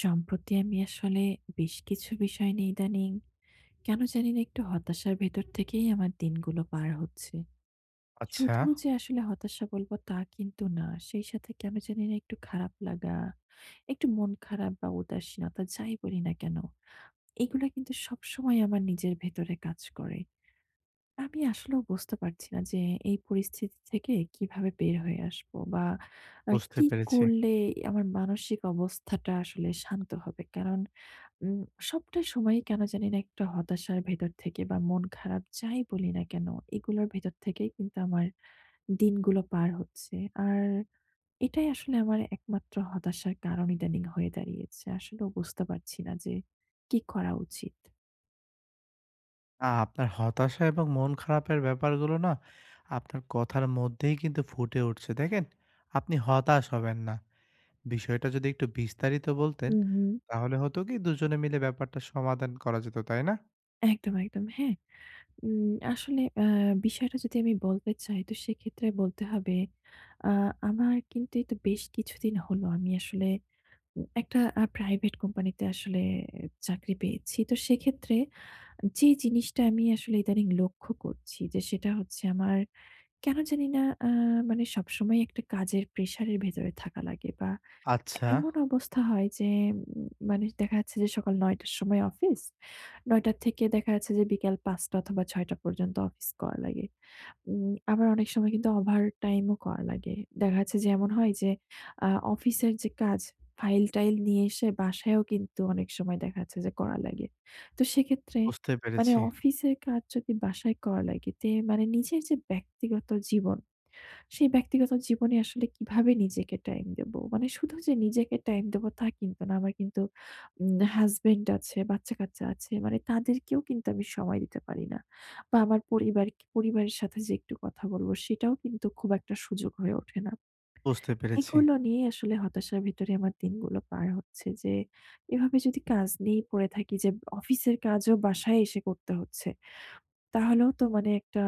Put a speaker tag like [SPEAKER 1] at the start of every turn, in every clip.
[SPEAKER 1] সম্প্রতি আমি আসলে বেশ কিছু বিষয় নিয়ে ইদানিং কেন জানি না একটু হতাশার ভেতর থেকেই আমার দিনগুলো পার হচ্ছে।
[SPEAKER 2] আচ্ছা,
[SPEAKER 1] শুধু যে আসলে হতাশা বলবো তা কিন্তু না। সেই সাথে কেন জানি না একটু খারাপ লাগা, একটু মন খারাপ বা উদাসীনতা যাই বলি না কেন, এগুলা কিন্তু সবসময় আমার নিজের ভেতরে কাজ করে। আমি আসলেও বুঝতে পারছি না যে এই পরিস্থিতি থেকে কিভাবে বের হয়ে আসবো বা
[SPEAKER 2] বুঝতে
[SPEAKER 1] কি
[SPEAKER 2] পেরেছি।
[SPEAKER 1] করলে আমার মানসিক অবস্থাটা আসলে শান্ত হবে? কারণ উম সবটা সময় কেন জানি না একটা হতাশার ভেতর থেকে বা মন খারাপ যাই বলি না কেন, এগুলোর ভেতর থেকেই কিন্তু আমার দিনগুলো পার হচ্ছে। আর এটাই আসলে আমার একমাত্র হতাশার কারণ ইদানিং হয়ে দাঁড়িয়েছে। আসলেও বুঝতে পারছি না যে কি করা উচিত?
[SPEAKER 2] আপনার হতাশা এবং মন খারাপের ব্যাপারগুলো না আপনার কথার মধ্যেই কিন্তু ফুটে উঠছে। দেখেন, আপনি হতাশ হবেন না। বিষয়টা যদি একটু বিস্তারিত বলতেন,
[SPEAKER 1] হুম, হুম।
[SPEAKER 2] তাহলে হতো কি দুজনে মিলে ব্যাপারটা সমাধান করা যেত, তাই না?
[SPEAKER 1] একদম, একদম। হ্যাঁ, আসলে বিষয়টা যদি আমি বলতে চাই তো সেক্ষেত্রে বলতে হবে আ আমার কিন্তু এই তো বেশ কিছুদিন হলো আমি আসলে একটা প্রাইভেট কোম্পানিতে আসলে চাকরি পেয়েছি। তো সেক্ষেত্রে যে জিনিসটা আমি আসলে ইদানিং লক্ষ্য করছি যে সেটা হচ্ছে আমার কেন জানি না মানে সবসময় একটা কাজের প্রেশারের ভেতরে থাকা লাগে বা
[SPEAKER 2] আচ্ছা,
[SPEAKER 1] এমন অবস্থা হয় যে মানে দেখা যাচ্ছে যে সকাল ৯ টার সময় অফিস। ৯ টা থেকে দেখা যাচ্ছে যে বিকাল ৫ টা অথবা ৬ টা পর্যন্ত অফিস করা লাগে। উম আবার অনেক সময় কিন্তু ওভারটাইম ও করা লাগে। দেখা যাচ্ছে যে এমন হয় যে আ অফিসের যে কাজ, ফাইল-টাইল নিয়ে এসে বাসায়ও কিন্তু অনেক সময় দেখা যাচ্ছে যে করা লাগে। তো সেক্ষেত্রে
[SPEAKER 2] বুঝতে
[SPEAKER 1] মানে
[SPEAKER 2] পেরেছি,
[SPEAKER 1] অফিসের কাজ যদি বাসায় করা লাগে তে মানে নিজের যে ব্যক্তিগত জীবন সেই ব্যক্তিগত জীবনে আসলে কিভাবে নিজেকে টাইম দেব? মানে শুধু যে নিজেকে টাইম দেব তা কিন্তু না। আমার কিন্তু হাসব্যান্ড আছে, বাচ্চা-কাচ্চা আছে। মানে তাদেরকেও কিন্তু আমি সময় দিতে পারি না। বা আমার পরিবার পরিবারের সাথে যে একটু কথা বলব সেটাও কিন্তু খুব একটা সুযোগ হয়ে ওঠে না।
[SPEAKER 2] বুঝতে পেরেছি।
[SPEAKER 1] এগুলো নিয়ে আসলে হতাশার ভেতরে আমার দিনগুলো পার হচ্ছে যে এভাবে যদি কাজ নিয়েই পড়ে থাকি যে অফিসের কাজও বাসায় এসে করতে হচ্ছে। তাহলেও তো মানে একটা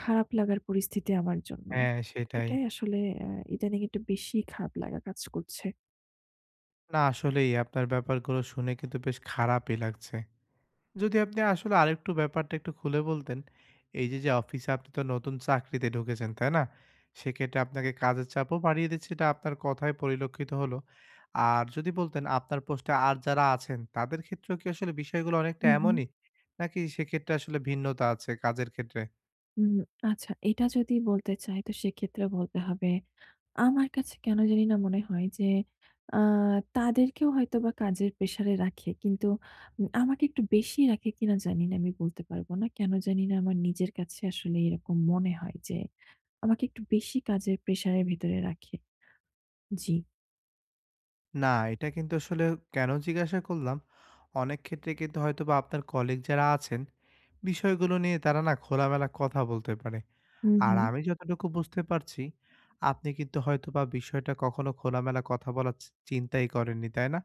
[SPEAKER 1] খারাপ লাগার পরিস্থিতি আমার জন্য।
[SPEAKER 2] হ্যাঁ, সেটাই।
[SPEAKER 1] এটাই আসলে ইদানিং একটু বেশি খারাপ লাগা কাজ করছে।
[SPEAKER 2] না আসলেই আপনার ব্যাপারগুলো শুনে কিন্তু বেশ খারাপই লাগছে। যদি আপনি আসলে আরেকটু ব্যাপারটা একটু খুলে বলতেন। এই যে, যে অফিসে আপনি তো নতুন চাকরিতে ঢুকেছেন, তাই না? সেক্ষেত্রে আপনাকে কাজের চাপও বাড়িয়ে দিচ্ছে, এটা আপনার কথায় পরিলক্ষিত হলো। আর যদি বলতেন আপনার পোস্টে আর যারা আছেন, তাদের ক্ষেত্রেও কি আসলে বিষয়গুলো অনেকটা
[SPEAKER 1] হুম, হুম।
[SPEAKER 2] এমনই? নাকি সেক্ষেত্রে আসলে ভিন্নতা আছে কাজের ক্ষেত্রে?
[SPEAKER 1] উম আচ্ছা এটা যদি বলতে চাই তো সেক্ষেত্রে বলতে হবে আমার কাছে কেন জানি না মনে হয় যে আ তাদেরকেও হয়তোবা কাজের প্রেশারে রাখে। কিন্তু আমাকে একটু বেশি রাখে কিনা জানি না আমি বলতে পারব না। কেন জানি না আমার নিজের কাছে আসলে এরকম মনে হয় যে আমাকে একটু বেশি কাজের প্রেশারের ভেতরে রাখে। জি।
[SPEAKER 2] না, এটা কিন্তু আসলে কেন জিজ্ঞাসা করলাম, অনেক ক্ষেত্রে কিন্তু হয়তোবা আপনার কলিগ যারা আছেন, বিষয়গুলো নিয়ে তারা না খোলামেলা কথা বলতে পারে।
[SPEAKER 1] হুম,
[SPEAKER 2] আর
[SPEAKER 1] হুম।
[SPEAKER 2] আমি যতটুকু বুঝতে পারছি, আপনি কিন্তু হয়তোবা বিষয়টা কখনো খোলামেলা কথা বলার চিন্তাই করেননি, তাই না?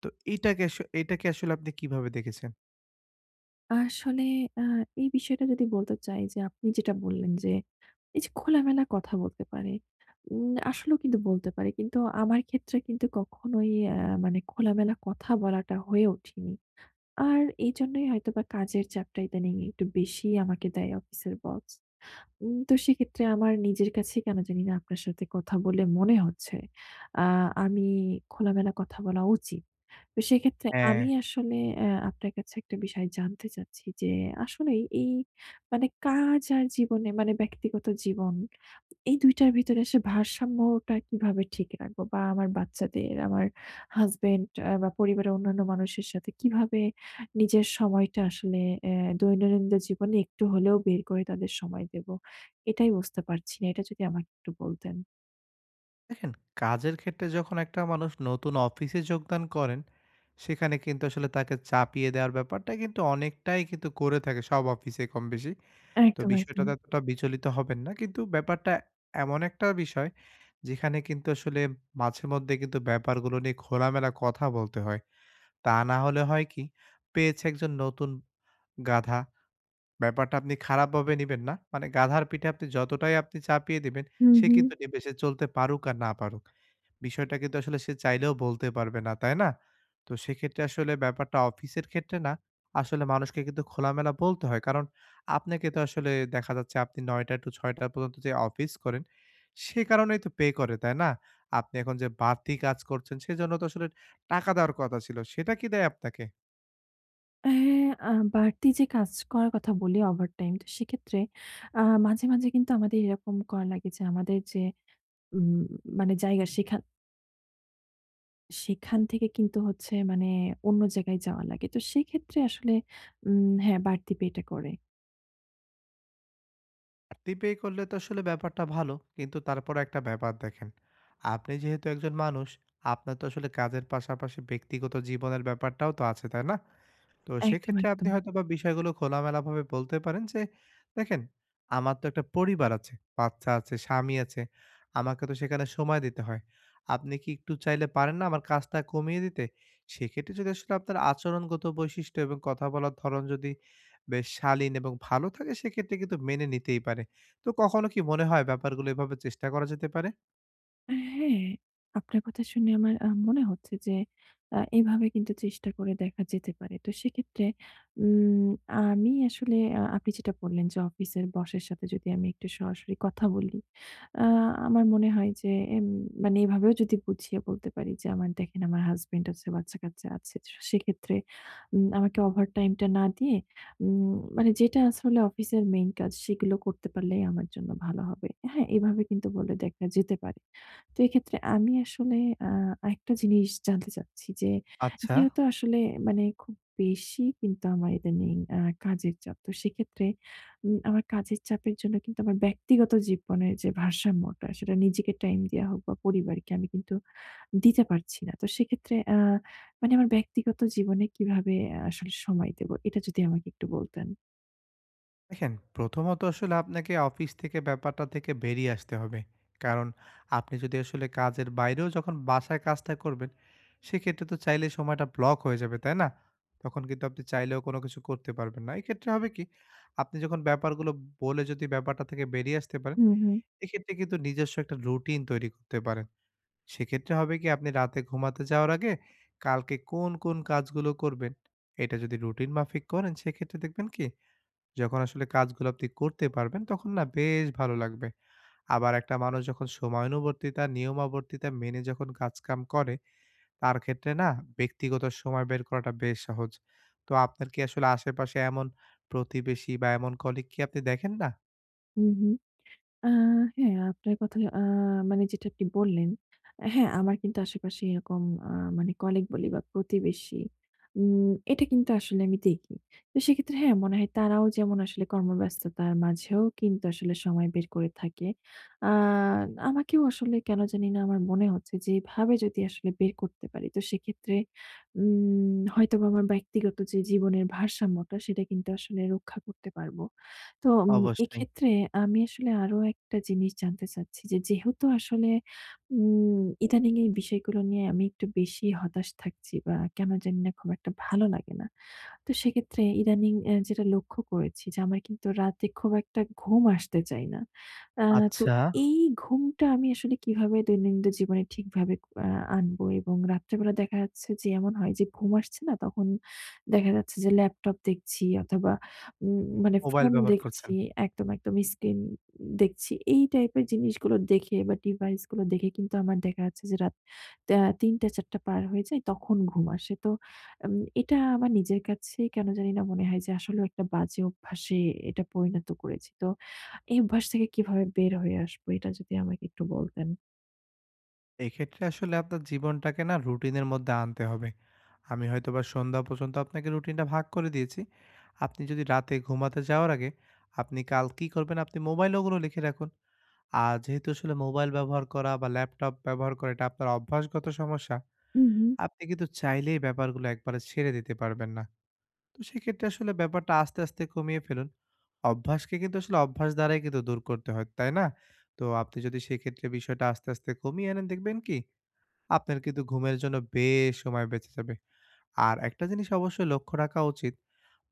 [SPEAKER 2] তো এটাকে আসলে আপনি কিভাবে দেখেছেন?
[SPEAKER 1] আসলে আ এই বিষয়টা যদি বলতে চাই যে আপনি যেটা বললেন যে, এই যে খোলামেলা কথা বলতে পারে। আসলেও কিন্তু বলতে পারে। কিন্তু আমার ক্ষেত্রে কিন্তু কখনোই মানে খোলামেলা কথা বলাটা হয়ে ওঠেনি। আর এইজন্যই হয়তোবা কাজের চাপটা ইদানিং একটু বেশিই আমাকে দেয় অফিসের বস। তো সেক্ষেত্রে আমার নিজের কাছেই কেন জানি না আপনার সাথে কথা বলে মনে হচ্ছে আ আমি খোলামেলা কথা বলা উচিত। তো সেক্ষেত্রে
[SPEAKER 2] হ্যাঁ।
[SPEAKER 1] আমি আসলে আপনার কাছে একটা বিষয় জানতে চাচ্ছি যে, আসলেই এই মানে কাজ আর জীবনে মানে ব্যক্তিগত জীবন, এই ২ টার ভিতরে আসলে ভারসাম্যটা কিভাবে ঠিক রাখবো? বা আমার বাচ্চাদের, আমার হাসব্যান্ড বা পরিবারের অন্যান্য মানুষের সাথে কিভাবে নিজের সময়টা আসলে অ্যা দৈনন্দিন জীবনে একটু হলেও বের করে তাদের সময় দেব? এটাই বুঝতে পারছি না। এটা যদি আমাকে একটু বলতেন।
[SPEAKER 2] দেখেন, কাজের ক্ষেত্রে যখন একটা মানুষ নতুন অফিসে যোগদান করেন, সেখানে কিন্তু আসলে তাকে চাপিয়ে দেওয়ার ব্যাপারটা কিন্তু অনেকটাই কিন্তু করে থাকে সব অফিসে কমবেশি। তো
[SPEAKER 1] একদম, একদম।
[SPEAKER 2] বিষয়টাতে এতটা বিচলিত হবেন না। কিন্তু ব্যাপারটা এমন একটা বিষয় যেখানে কিন্তু আসলে মাঝে মধ্যে কিন্তু ব্যাপারগুলো নিয়ে খোলামেলা কথা বলতে হয়। তা না হলে হয় কি পেয়েছে একজন নতুন গাধা। ব্যাপারটা আপনি খারাপভাবে নিবেন না। মানে গাধার পিঠে আপনি যতটাই চাপিয়ে দিবেন,
[SPEAKER 1] হুম,
[SPEAKER 2] সে
[SPEAKER 1] হুম।
[SPEAKER 2] কিন্তু নেবে। সে চলতে পারুক আর না পারুক। বিষয়টা কিন্তু আসলে সে চাইলেও বলতে পারবে না, তাই না? তো সেক্ষেত্রে আসলে ব্যাপারটা অফিসের ক্ষেত্রে না, আসলে মানুষকে কিন্তু খোলামেলা বলতে হয়। কারণ আপনাকে তো আসলে দেখা যাচ্ছে আপনি ৯ঃ০০ টু ৬ঃ০০ পর্যন্ত যে অফিস করেন, সে কারণেই তো পে করে, তাই না? আপনি এখন যে বাড়তি কাজ করছেন, সেজন্য তো আসলে টাকা দেওয়ার কথা ছিল। সেটা কি দেয় আপনাকে?
[SPEAKER 1] হ্যাঁ, বাড়তি যে কাজ করার কথা বলি ওভারটাইম। তো সেক্ষেত্রে আ মাঝে, মাঝে কিন্তু আমাদের এরকম করা লাগে যে আমাদের যে উম মানে জায়গা সেখান সেখান থেকে কিন্তু হচ্ছে মানে অন্য জায়গায় যাওয়া লাগে। তো সেক্ষেত্রে আসলে হ্যাঁ, বাড়তি পেটা করে।
[SPEAKER 2] বাড়তি ব্যয় করলে তো আসলে ব্যাপারটা ভালো কিন্তু তারপরও একটা ব্যাপার দেখেন, আপনি যেহেতু একজন মানুষ, আপনার তো আসলে কাজের পাশাপাশি ব্যক্তিগত জীবনের ব্যাপারটাও তো আছে তাই না, তো
[SPEAKER 1] একদম,
[SPEAKER 2] সেক্ষেত্রে আপনি
[SPEAKER 1] একদম।
[SPEAKER 2] হয়তোবা বিষয়গুলো খোলামেলাভাবে বলতে পারেন যে, "দেখেন, আমার তো একটা পরিবার আছে, বাচ্চা আছে, স্বামী আছে। আমাকে তো সেখানে সময় দিতে হয়। আপনি কি একটু চাইলে পারেন না আমার কাজটা কমিয়ে দিতে?" সেক্ষেত্রে যদি আসলে আপনার আচরণগত বৈশিষ্ট্য এবং কথা বলার ধরন যদি বেশ শালীন এবং ভালো থাকে সেক্ষেত্রে কিন্তু মেনে নিতেই পারে। তো কখনো কি মনে হয় ব্যাপারগুলো এভাবে চেষ্টা করা যেতে পারে?
[SPEAKER 1] হ্যাঁ, আপনার কথা শুনে আমার মনে হচ্ছে যে এভাবে কিন্তু চেষ্টা করে দেখা যেতে পারে। তো সেক্ষেত্রে উম আমি আসলে আপনি যেটা বললেন যে অফিসের বসের সাথে যদি আমি একটু সরাসরি কথা বলি, আ আমার মনে হয় যে এম মানে এভাবেও যদি বুঝিয়ে বলতে পারি যে আমার দেখেন আমার হাসব্যান্ড আছে, বাচ্চা-কাচ্চা আছে। তো সেক্ষেত্রে আমাকে ওভারটাইম টা না দিয়ে উম মানে যেটা আসলে অফিসের মেইন কাজ সেগুলো করতে পারলেই আমার জন্য ভালো হবে। হ্যাঁ, এভাবে কিন্তু বলে দেখা যেতে পারে। তো এক্ষেত্রে আমি আসলে আ আরেকটা জিনিস জানতে চাচ্ছি যে,
[SPEAKER 2] আচ্ছা।
[SPEAKER 1] যেহেতু আসলে মানে খুব বেশি কিন্তু আমার ইদানিং কাজের চাপ। তো সেক্ষেত্রে আমার কাজের চাপের জন্য কিন্তু আমার ব্যক্তিগত জীবনের যে ভারসাম্যটা, সেটা নিজেকে টাইম দেয়া হোক বা পরিবারকে আমি কিন্তু দিতে পারছি না। তো সেক্ষেত্রে মানে আমার ব্যক্তিগত জীবনে কিভাবে আহ, আসলে সময় দেব? এটা যদি আমাকে একটু বলতেন।
[SPEAKER 2] দেখেন, প্রথমত আসলে আপনাকে অফিস থেকে ব্যাপারটা থেকে বেরিয়ে আসতে হবে। কারণ আপনি যদি আসলে কাজের বাইরেও যখন বাসায় কাজটা করবেন, সেক্ষেত্রে তো চাইলে সময়টা ব্লক হয়ে যাবে, তাই না? তখন কিন্তু আপনি চাইলেও কোনো কিছু করতে পারবেন না। এক্ষেত্রে হবে কি? আপনি যখন ব্যাপারগুলো বলে যদি ব্যাপারটা থেকে বেরিয়ে আসতে পারেন,
[SPEAKER 1] হুম, হুম।
[SPEAKER 2] এক্ষেত্রে কিন্তু নিজস্ব একটা রুটিন তৈরি করতে পারেন। সেক্ষেত্রে হবে কি? আপনি রাতে ঘুমাতে যাওয়ার আগে কালকে কোন, কোন কাজগুলো করবেন, এটা যদি রুটিন মাফিক করেন, সেক্ষেত্রে দেখবেন কি? যখন আসলে কাজগুলো আপনি করতে পারবেন, তখন না বেশ ভালো লাগবে। আবার একটা মানুষ যখন সময়ানুবর্তিতা, নিয়মাবর্তিতা মেনে যখন কাজকাম করে, তার ক্ষেত্রে না ব্যক্তিগত সময় বের করাটা বেশ সহজ। তো আপনার কি আসলে আশেপাশে এমন প্রতিবেশী বা এমন কলিগ কি আপনি দেখেন না?
[SPEAKER 1] হুম, হুম। আ হ্যাঁ, আপনার কথা মানে যেটা আপনি বললেন, হ্যাঁ, আমার কিন্তু আশেপাশে এরকম আ মানে কলিগ বলি বা প্রতিবেশী, এটা কিন্তু আসলে আমি দেখি। তো সেক্ষেত্রে হ্যাঁ, মনে হয় তারাও যেমন আসলে কর্মব্যস্ততার মাঝেও কিন্তু আসলে সময় বের করে থাকে। আ আমাকেও আসলে কেন জানি না আমার মনে হচ্ছে যে এভাবে যদি আসলে বের করতে পারি, তো সেক্ষেত্রে হয়তোবা আমার ব্যক্তিগত যে জীবনের ভারসাম্যটা সেটা কিন্তু আসলে রক্ষা করতে পারব। তো
[SPEAKER 2] অবশ্যই।
[SPEAKER 1] এক্ষেত্রে আমি আসলে আরো একটা জিনিস জানতে চাচ্ছি যে, যেহেতু আসলে ইদানিং এই বিষয়গুলো নিয়ে আমি একটু বেশি হতাশ থাকছি বা কেন জানি না খুব একটা ভালো লাগে না। তো সেক্ষেত্রে ইদানিং যেটা লক্ষ্য করেছি যে, আমার কিন্তু রাতে খুব একটা ঘুম আসতে চায় না। আ তো
[SPEAKER 2] আচ্ছা।
[SPEAKER 1] এই ঘুমটা আমি আসলে কিভাবে দৈনন্দিন জীবনে ঠিকভাবে আ আনবো এবং রাত্রেবেলা দেখা যাচ্ছে যে, এমন হয় যে, ঘুম আসছে না তখন দেখা যাচ্ছে যে, ল্যাপটপ দেখছি অথবা মানে
[SPEAKER 2] মোবাইল
[SPEAKER 1] ফোন
[SPEAKER 2] ব্যবহার করছেন?
[SPEAKER 1] দেখছি, একদম, একদম স্ক্রিন দেখছি। এই টাইপের জিনিসগুলো দেখে বা ডিভাইসগুলো দেখে কিন্তু আমার দেখা যাচ্ছে যে, রাত ৩:০০ ৪:০০ পার হয়ে যায় তখন ঘুম আসে। তো উম এটা আমার নিজের কাছেই কেন জানি না মনে হয় যে আসলেও একটা বাজে অভ্যাসে এটা পরিণত করেছি। তো এই অভ্যাস থেকে কিভাবে বের হয়ে আসবো এটা যদি আমাকে একটু বলতেন?
[SPEAKER 2] এক্ষেত্রে আসলে আপনার জীবনটাকে না রুটিনের মধ্যে আনতে হবে। আমি হয়তোবা সন্ধ্যা পর্যন্ত আপনাকে রুটিনটা ভাগ করে দিয়েছি। আপনি যদি রাতে ঘুমাতে যাওয়ার আগে আপনি কাল কি করবেন আপনি মোবাইলে ওগুলো লিখে রাখুন। আর যেহেতু আসলে মোবাইল ব্যবহার করা বা ল্যাপটপ ব্যবহার করা এটা আপনার অভ্যাসগত সমস্যা,
[SPEAKER 1] হুম, হুম,
[SPEAKER 2] আপনি কিন্তু চাইলেই ব্যাপারগুলো একবারে ছেড়ে দিতে পারবেন না। তো সেক্ষেত্রে আসলে ব্যাপারটা আস্তে, আস্তে কমিয়ে ফেলুন। অভ্যাসকে কিন্তু আসলে অভ্যাস দ্বারাই কিন্তু দূর করতে হয়, তাই না? তো আপনি যদি সেক্ষেত্রে বিষয়টা আস্তে, আস্তে কমিয়ে আনেন দেখবেন কি আপনার কিন্তু ঘুমের জন্য বেশ সময় বেঁচে যাবে। আর একটা জিনিস অবশ্যই লক্ষ্য রাখা উচিত,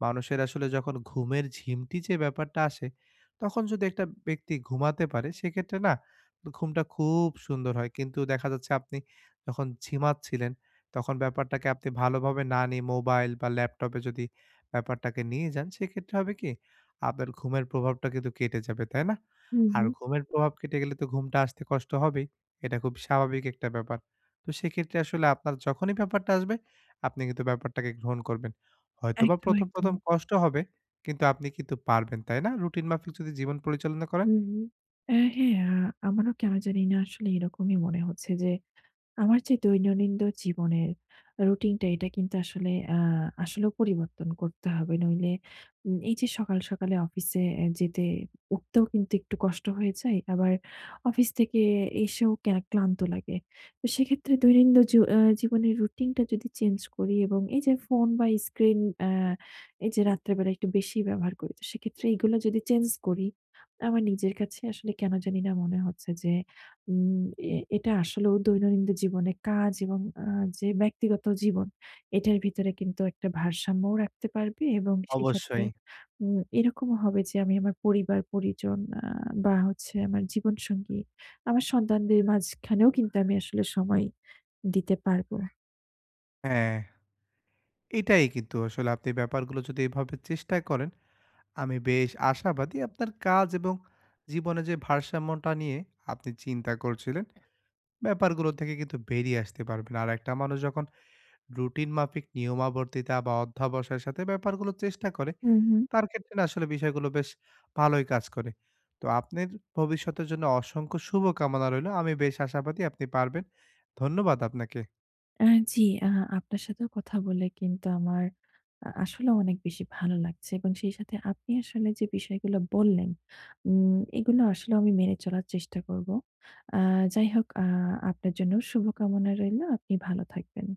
[SPEAKER 2] মানুষের আসলে যখন ঘুমের ঝিমটি যে ব্যাপারটা আসে, তখন যদি একটা ব্যক্তি ঘুমাতে পারে সেক্ষেত্রে না ঘুমটা খুব সুন্দর হয়। কিন্তু দেখা যাচ্ছে আপনি যখন ঝিমাচ্ছিলেন, তখন ব্যাপারটাকে আপনি ভালোভাবে না নিয়ে মোবাইল বা ল্যাপটপে যদি ব্যাপারটাকে নিয়ে যান, সেক্ষেত্রে হবে কি আপনার ঘুমের প্রভাবটা কিন্তু কেটে যাবে, তাই না?
[SPEAKER 1] হুম,
[SPEAKER 2] আর
[SPEAKER 1] হুম।
[SPEAKER 2] ঘুমের প্রভাব কেটে গেলে তো ঘুমটা আসতে কষ্ট হবেই। এটা খুব স্বাভাবিক একটা ব্যাপার। তো সেক্ষেত্রে আসলে আপনার যখনই ব্যাপারটা আসবে আপনি কিন্তু ব্যাপারটাকে গ্রহণ করবেন। হয়তোবা
[SPEAKER 1] একদম,
[SPEAKER 2] ১ম,
[SPEAKER 1] একদম।
[SPEAKER 2] ১ম কষ্ট হবে কিন্তু আপনি কিন্তু পারবেন, তাই না? রুটিন মাফিক যদি জীবন পরিচালনা করেন।
[SPEAKER 1] হুম, হুম। হ্যাঁ, আমারও কেন জানি না আসলে এরকমই মনে হচ্ছে যে আমার যে দৈনন্দিন জীবনের রুটিনটা এটা কিন্তু আসলে আসলেও পরিবর্তন করতে হবে। নইলে এই যে সকাল, সকালে অফিসে যেতে উঠতেও কিন্তু একটু কষ্ট হয়ে যায়। আবার অফিস থেকে এসেও ক্লান্ত লাগে। তো সেক্ষেত্রে দৈনন্দিন জ আ জীবনের রুটিনটা যদি চেঞ্জ করি এবং এই যে ফোন বা স্ক্রিন আ এই যে রাত্রে বেলা একটু বেশি ব্যবহার করি। তো সেক্ষেত্রে এগুলো যদি চেঞ্জ করি, আমার নিজের কাছে আসলে কেন জানি না মনে হচ্ছে যে উম এ এটা আসলেও দৈনন্দিন জীবনে কাজ এবং যে ব্যক্তিগত জীবন, এটার ভিতরে কিন্তু একটা ভারসাম্যও রাখতে পারবে এবং সেই সাথে
[SPEAKER 2] অবশ্যই।
[SPEAKER 1] এরকমও হবে যে আমি আমার পরিবার-পরিজন বা হচ্ছে আমার জীবনসঙ্গী, আমার সন্তানদের মাঝখানেও কিন্তু আমি আসলে সময় দিতে পারবো।
[SPEAKER 2] হ্যাঁ, এটাই কিন্তু আসলে আপনি ব্যাপারগুলো যদি এভাবে চেষ্টা করেন, আমি বেশ আশাবাদী আপনার কাজ এবং জীবনে যে ভারসাম্যটা নিয়ে আপনি চিন্তা করছিলেন, ব্যাপারগুলো থেকে কিন্তু বেরিয়ে আসতে পারবেন। আর একটা মানুষ যখন রুটিন মাফিক নিয়মাবর্তিতা বা অধ্যবসায়ের সাথে ব্যাপারগুলো চেষ্টা করে
[SPEAKER 1] হুম, হুম।
[SPEAKER 2] তার ক্ষেত্রে না আসলে বিষয়গুলো বেশ ভালোই কাজ করে। তো আপনার ভবিষ্যতের জন্য অসংখ্য শুভকামনা রইলো। আমি বেশ আশাবাদী আপনি পারবেন। ধন্যবাদ আপনাকে।
[SPEAKER 1] আ জি, আপনার সাথেও কথা বলে কিন্তু আমার আসলে অনেক বেশি ভালো লাগছে এবং সেই সাথে আপনি আসলে যে বিষয়গুলো বললেন, উম এগুলো আসলে আমি মেনে চলার চেষ্টা করব। আ যাই হোক আপনার জন্য শুভকামনা রইলো। আপনি ভালো থাকবেন।